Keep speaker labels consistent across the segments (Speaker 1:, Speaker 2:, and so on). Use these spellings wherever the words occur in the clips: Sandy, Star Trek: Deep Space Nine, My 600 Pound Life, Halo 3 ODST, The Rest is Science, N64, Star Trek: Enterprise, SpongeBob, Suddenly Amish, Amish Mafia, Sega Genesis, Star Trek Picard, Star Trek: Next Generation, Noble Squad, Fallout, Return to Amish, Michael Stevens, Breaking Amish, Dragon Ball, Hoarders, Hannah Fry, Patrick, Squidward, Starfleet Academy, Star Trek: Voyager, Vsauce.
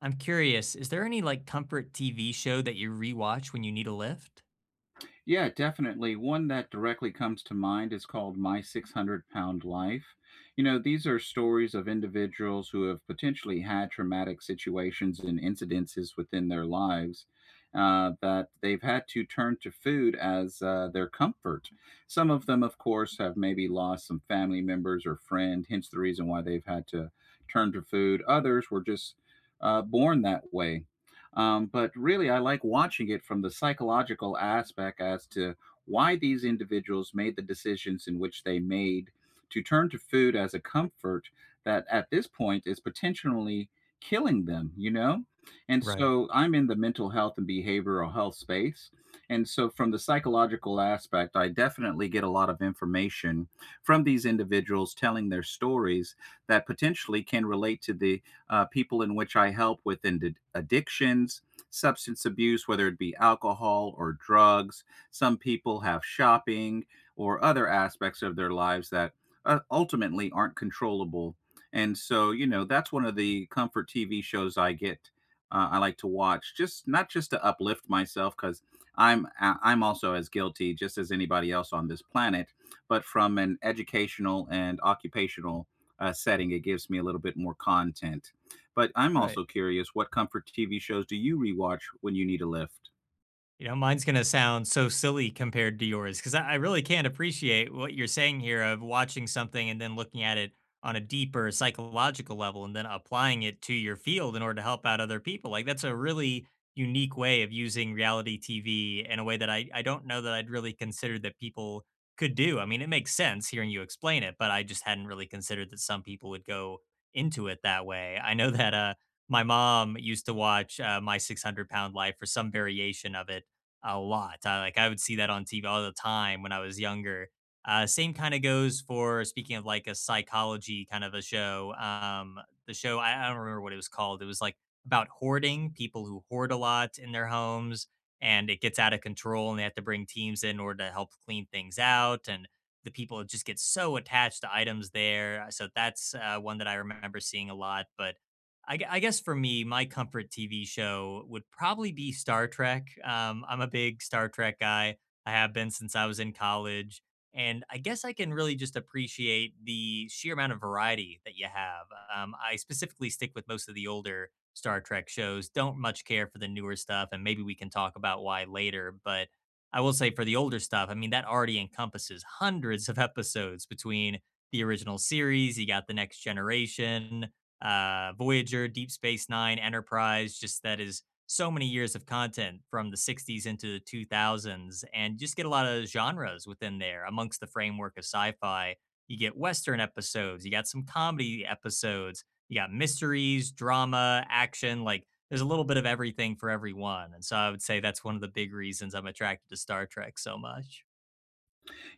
Speaker 1: I'm curious, is there any like comfort TV show that you rewatch when you need a lift?
Speaker 2: Yeah, definitely. One that directly comes to mind is called My 600 Pound Life. You know, these are stories of individuals who have potentially had traumatic situations and incidences within their lives that they've had to turn to food as their comfort. Some of them, of course, have maybe lost some family members or friend, hence the reason why they've had to turn to food. Others were just born that way. But really, I like watching it from the psychological aspect as to why these individuals made the decisions in which they made to turn to food as a comfort that at this point is potentially killing them, you know? And
Speaker 1: Right.
Speaker 2: so I'm in the mental health and behavioral health space. And so, from the psychological aspect, I definitely get a lot of information from these individuals telling their stories that potentially can relate to the people in which I help with addictions, substance abuse, whether it be alcohol or drugs. Some people have shopping or other aspects of their lives that ultimately aren't controllable. And so, you know, that's one of the comfort TV shows I get. I like to watch just not just to uplift myself because I'm also as guilty just as anybody else on this planet, but from an educational and occupational setting, it gives me a little bit more content. But I'm
Speaker 1: Right.
Speaker 2: also curious, what comfort TV shows do you rewatch when you need a lift?
Speaker 1: You know, mine's gonna sound so silly compared to yours because I really can't appreciate what you're saying here of watching something and then looking at it on a deeper psychological level and then applying it to your field in order to help out other people. Like that's a really unique way of using reality TV in a way that I don't know that I'd really considered that people could do. I mean, it makes sense hearing you explain it, but I just hadn't really considered that some people would go into it that way. I know that my mom used to watch My 600 Pound Life or some variation of it a lot. Like I would see that on TV all the time when I was younger. Same kind of goes for speaking of like a psychology kind of a show. The show I don't remember what it was called. It was like about hoarding, people who hoard a lot in their homes, and it gets out of control, and they have to bring teams in order to help clean things out, and the people just get so attached to items there. So that's one that I remember seeing a lot, but I guess for me, my comfort TV show would probably be Star Trek. I'm a big Star Trek guy. I have been since I was in college. And I guess I can really just appreciate the sheer amount of variety that you have. I specifically stick with most of the older Star Trek shows, don't much care for the newer stuff. And maybe we can talk about why later. But I will say for the older stuff, I mean, that already encompasses hundreds of episodes between the original series. You got The Next Generation, Voyager, Deep Space Nine, Enterprise. Just that is so many years of content from the 60s into the 2000s, and just get a lot of genres within there amongst the framework of sci fi. You get Western episodes, you got some comedy episodes, you got mysteries, drama, action. Like there's a little bit of everything for everyone. And so I would say that's one of the big reasons I'm attracted to Star Trek so much.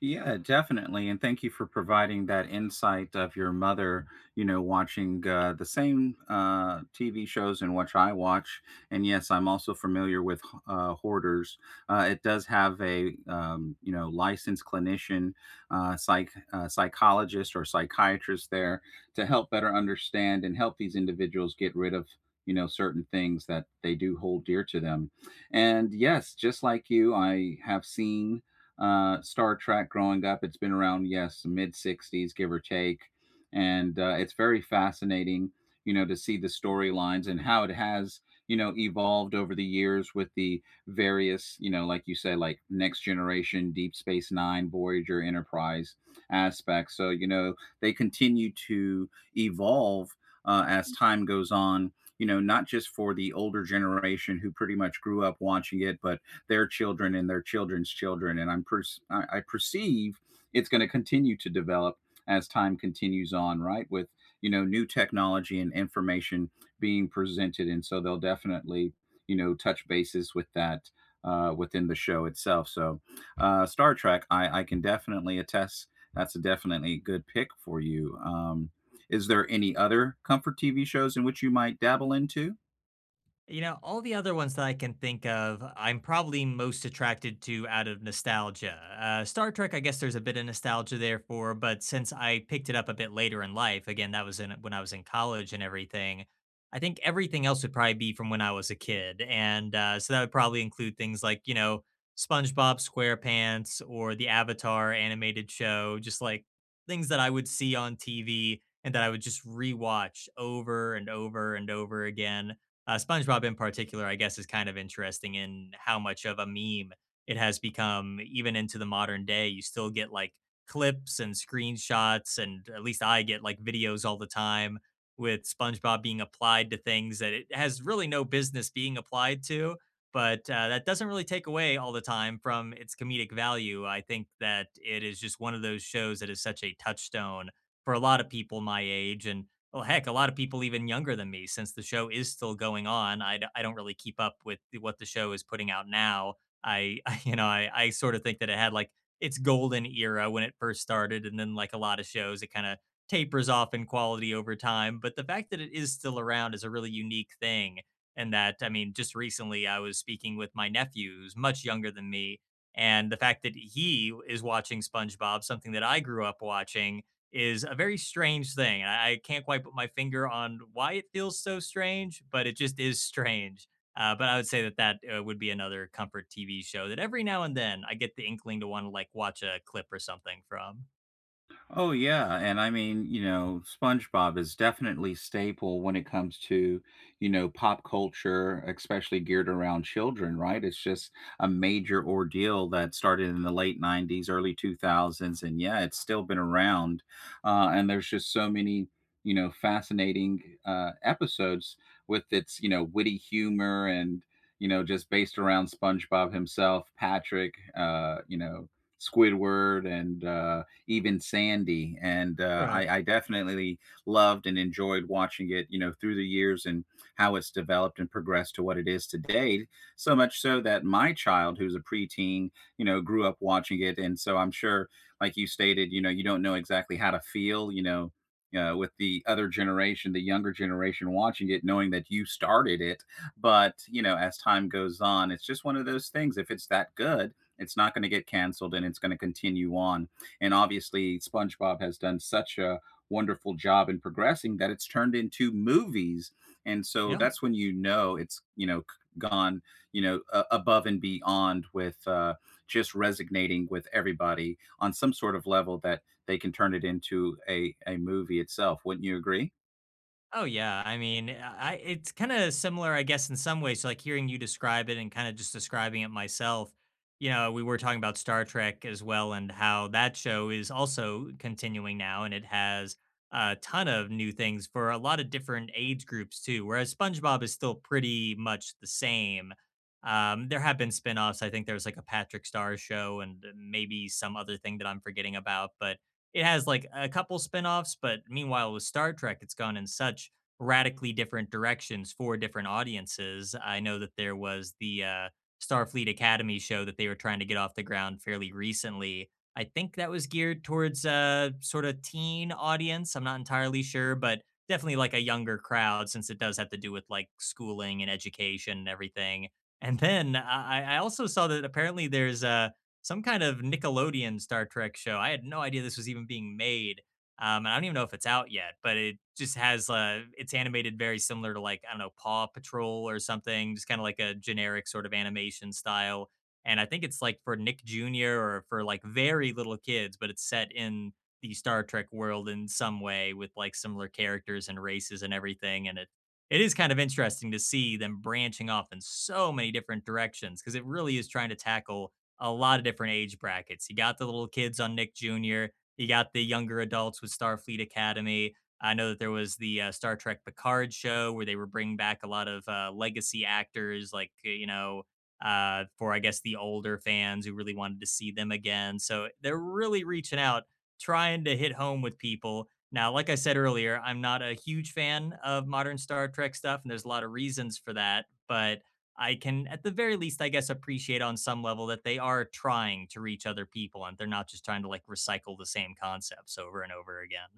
Speaker 2: Yeah, definitely. And thank you for providing that insight of your mother, you know, watching the same TV shows and which I watch. And yes, I'm also familiar with Hoarders. It does have a, you know, licensed clinician, psychologist or psychiatrist there to help better understand and help these individuals get rid of. You know, certain things that they do hold dear to them. And yes, just like you, I have seen Star Trek growing up. It's been around, yes, mid 60s, give or take. And it's very fascinating, you know, to see the storylines and how it has, you know, evolved over the years with the various, you know, like you say, like Next Generation, Deep Space Nine, Voyager, Enterprise aspects. So, you know, they continue to evolve as time goes on. You know, not just for the older generation who pretty much grew up watching it, but their children and their children's children. I perceive it's going to continue to develop as time continues on, right? With, you know, new technology and information being presented, and so they'll definitely, you know, touch bases with that within the show itself. So Star Trek, I can definitely attest. That's a definitely good pick for you. Is there any other comfort TV shows in which you might dabble into?
Speaker 1: You know, all the other ones that I can think of, I'm probably most attracted to out of nostalgia. Star Trek, I guess there's a bit of nostalgia there for, but since I picked it up a bit later in life, again, that was in when I was in college and everything. I think everything else would probably be from when I was a kid, and so that would probably include things like SpongeBob SquarePants or the Avatar animated show, just like things that I would see on TV and that I would just rewatch over and over and over again. SpongeBob, in particular, I guess, is kind of interesting in how much of a meme it has become, even into the modern day. You still get like clips and screenshots, and at least I get like videos all the time with SpongeBob being applied to things that it has really no business being applied to. But that doesn't really take away all the time from its comedic value. I think that it is just one of those shows that is such a touchstone for a lot of people my age. And well, heck, a lot of people even younger than me, since the show is still going on. I don't really keep up with what the show is putting out now. I, I you know, I sort of think that it had like its golden era when it first started, and then like a lot of shows, it kind of tapers off in quality over time. But the fact that it is still around is a really unique thing. And that, I mean, just recently I was speaking with my nephew, who's much younger than me, and the fact that he is watching SpongeBob, something that I grew up watching is a very strange thing. I can't quite put my finger on why it feels so strange, but it just is strange. But I would say that that would be another comfort TV show that every now and then I get the inkling to want to like watch a clip or something from.
Speaker 2: Oh yeah, and I mean, you know, SpongeBob is definitely staple when it comes to, you know, pop culture, especially geared around children, right? It's just a major ordeal that started in the late 90s, early 2000s and yeah, it's still been around. And there's just so many, you know, fascinating episodes with its, you know, witty humor and, you know, just based around SpongeBob himself, Patrick, you know, Squidward and even Sandy. And uh,
Speaker 1: Right.
Speaker 2: I, I definitely loved and enjoyed watching it, you know, through the years and how it's developed and progressed to what it is today. So much so that my child, who's a preteen, you know, grew up watching it. And so I'm sure, like you stated, you know, you don't know exactly how to feel, you know, with the other generation, the younger generation watching it, knowing that you started it. But, you know, as time goes on, it's just one of those things. If it's that good, it's not going to get canceled and it's going to continue on. And obviously, SpongeBob has done such a wonderful job in progressing that it's turned into movies. And so
Speaker 1: Yeah.
Speaker 2: that's when you know it's, you know, gone, you know, above and beyond with just resonating with everybody on some sort of level that they can turn it into a movie itself. Wouldn't you agree?
Speaker 1: Oh yeah, I mean, I it's kind of similar, I guess, in some ways. So, like hearing you describe it and kind of just describing it myself. You know, we were talking about Star Trek as well, and how that show is also continuing now, and it has a ton of new things for a lot of different age groups too. Whereas SpongeBob is still pretty much the same. There have been spin-offs. I think there was like a Patrick Star show, and maybe some other thing that I'm forgetting about, but it has like a couple spinoffs. But meanwhile with Star Trek, it's gone in such radically different directions for different audiences. I know that there was the Starfleet Academy show that they were trying to get off the ground fairly recently. I think that was geared towards a sort of teen audience. I'm not entirely sure, but definitely like a younger crowd since it does have to do with like schooling and education and everything. And then I also saw that apparently there's a some kind of Nickelodeon Star Trek show. I had no idea this was even being made. And I don't even know if it's out yet, but it just has it's animated very similar to like I don't know Paw Patrol or something, just kind of like a generic sort of animation style. And I think it's like for Nick Jr. or for like very little kids, but it's set in the Star Trek world in some way with like similar characters and races and everything. And it is kind of interesting to see them branching off in so many different directions because it really is trying to tackle a lot of different age brackets. You got the little kids on Nick Jr., you got the younger adults with Starfleet Academy. I know that there was the Star Trek Picard show where they were bringing back a lot of legacy actors, like, for I guess the older fans who really wanted to see them again. So they're really reaching out, trying to hit home with people. Now, like I said earlier, I'm not a huge fan of modern Star Trek stuff, and there's a lot of reasons for that. But I can, at the very least, I guess, appreciate on some level that they are trying to reach other people and they're not just trying to like recycle the same concepts over and over again.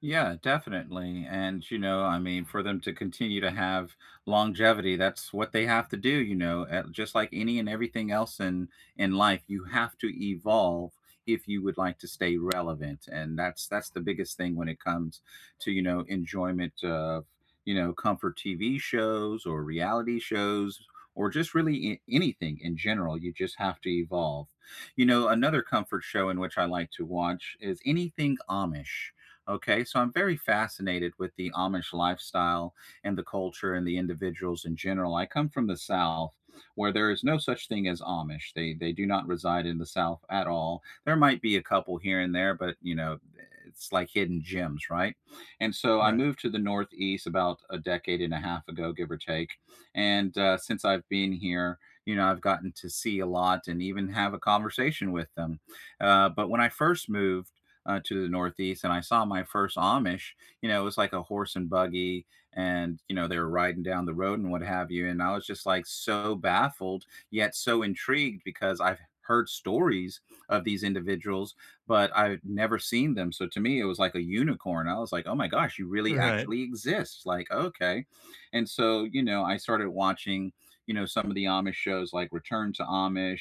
Speaker 2: Yeah, definitely. And, you know, I mean, for them to continue to have longevity, that's what they have to do, you know, just like any and everything else in life, you have to evolve if you would like to stay relevant. And that's the biggest thing when it comes to, you know, enjoyment of, you know, comfort TV shows or reality shows or just really anything in general. You just have to evolve. You know, another comfort show in which I like to watch is anything Amish. Okay, so I'm very fascinated with the Amish lifestyle and the culture and the individuals in general. I come from the South, where there is no such thing as Amish. They do not reside in the South at all. There might be a couple here and there, but you know, it's like hidden gems, right? And so I
Speaker 1: Right.
Speaker 2: moved to the Northeast about a decade and a half ago, give or take. And since I've been here, you know, I've gotten to see a lot and even have a conversation with them. But when I first moved to the Northeast, and I saw my first Amish. You know, it was like a horse and buggy, and you know they were riding down the road and what have you. And I was just like so baffled, yet so intrigued because I've heard stories of these individuals, but I've never seen them. So to me, it was like a unicorn. I was like, oh my gosh, you really
Speaker 1: Right.
Speaker 2: actually exist. Like, okay. And so, you know, I started watching, you know, some of the Amish shows like Return to Amish,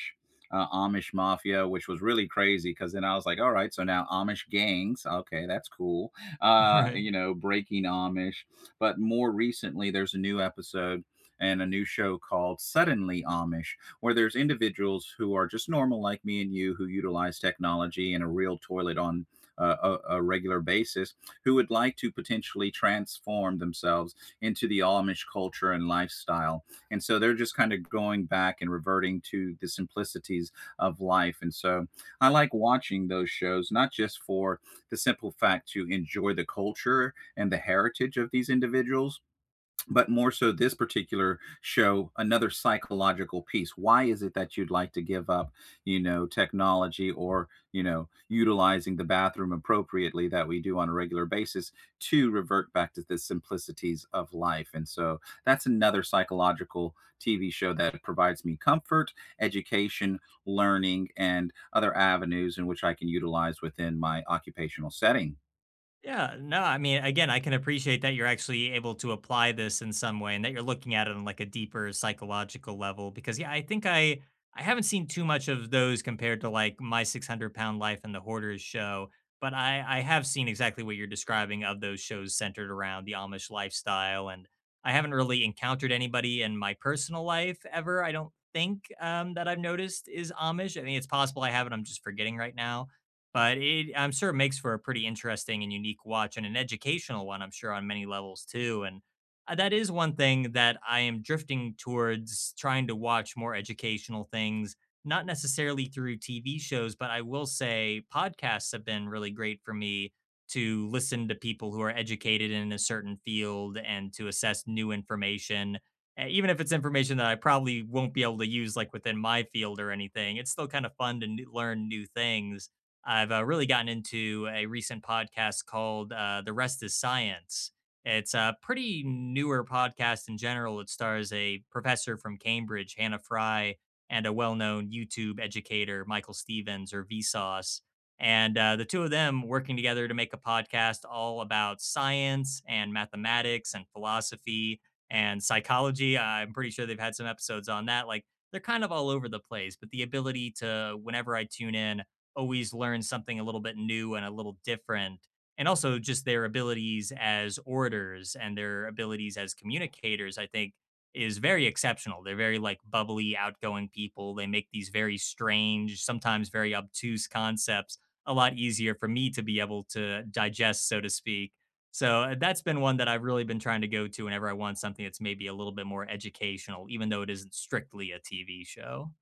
Speaker 2: Amish Mafia, which was really crazy because then I was like, all right, so now Amish gangs. Okay, that's cool.
Speaker 1: Right.
Speaker 2: You know, Breaking Amish. But more recently, there's a new episode and a new show called Suddenly Amish, where there's individuals who are just normal like me and you who utilize technology and a real toilet on a regular basis who would like to potentially transform themselves into the Amish culture and lifestyle, and so they're just kind of going back and reverting to the simplicities of life. And so I like watching those shows not just for the simple fact to enjoy the culture and the heritage of these individuals, but more so this particular show, another psychological piece. Why is it that you'd like to give up, you know, technology, or, you know, utilizing the bathroom appropriately that we do on a regular basis, to revert back to the simplicities of life? And so that's another psychological TV show that provides me comfort, education, learning, and other avenues in which I can utilize within my occupational setting.
Speaker 1: Yeah, no, I mean, again, I can appreciate that you're actually able to apply this in some way and that you're looking at it on like a deeper psychological level because yeah, I think I haven't seen too much of those compared to like My 600 Pound Life and The Hoarders show, but I have seen exactly what you're describing of those shows centered around the Amish lifestyle. And I haven't really encountered anybody in my personal life ever. I don't think that I've noticed is Amish. I mean, it's possible I have it. I'm just forgetting right now, but it I'm sure it makes for a pretty interesting and unique watch and an educational one, I'm sure, on many levels too. And that is one thing that I am drifting towards, trying to watch more educational things, not necessarily through TV shows, but I will say podcasts have been really great for me to listen to people who are educated in a certain field and to assess new information. E Even if it's information that I probably won't be able to use, like, within my field or anything, it's still kinda fun to n learn new things. I've really gotten into a recent podcast called The Rest is Science. It's a pretty newer podcast in general. It stars a professor from Cambridge, Hannah Fry, and a well known YouTube educator, Michael Stevens or Vsauce. And the two of them working together to make a podcast all about science and mathematics and philosophy and psychology. I'm pretty sure they've had some episodes on that. Like they're kind of all over the place, but the ability to, whenever I tune in, always learn something a little bit new and a little different. And also just their abilities as orators and their abilities as communicators, I think is very exceptional. They're very like bubbly, outgoing people. They make these very strange, sometimes very obtuse concepts a lot easier for me to be able to digest, so to speak. So that's been one that I've really been trying to go to whenever I want something that's maybe a little bit more educational, even though it isn't strictly a TV show.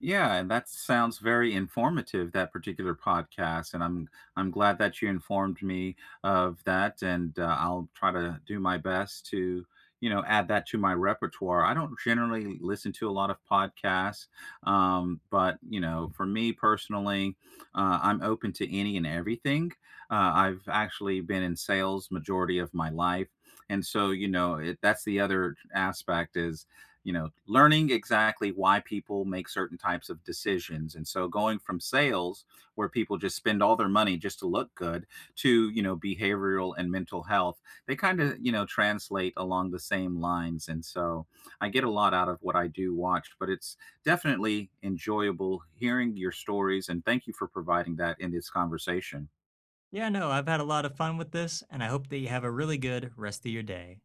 Speaker 2: Yeah, and that sounds very informative, that particular podcast, and I'm glad that you informed me of that, and, I'll try to do my best to, you know, add that to my repertoire. I don't generally listen to a lot of podcasts, but, you know, for me personally, I'm open to any and everything. I've actually been in sales majority of my life, and so, you know, it that's the other aspect is, you know, learning exactly why people make certain types of decisions. And so going from sales, where people just spend all their money just to look good, to, you know, behavioral and mental health, they kind of, you know, translate along the same lines. And so I get a lot out of what I do watch, but it's definitely enjoyable hearing your stories, and thank you for providing that in this conversation.
Speaker 1: Yeah, no, I've had a lot of fun with this, and I hope that you have a really good rest of your day.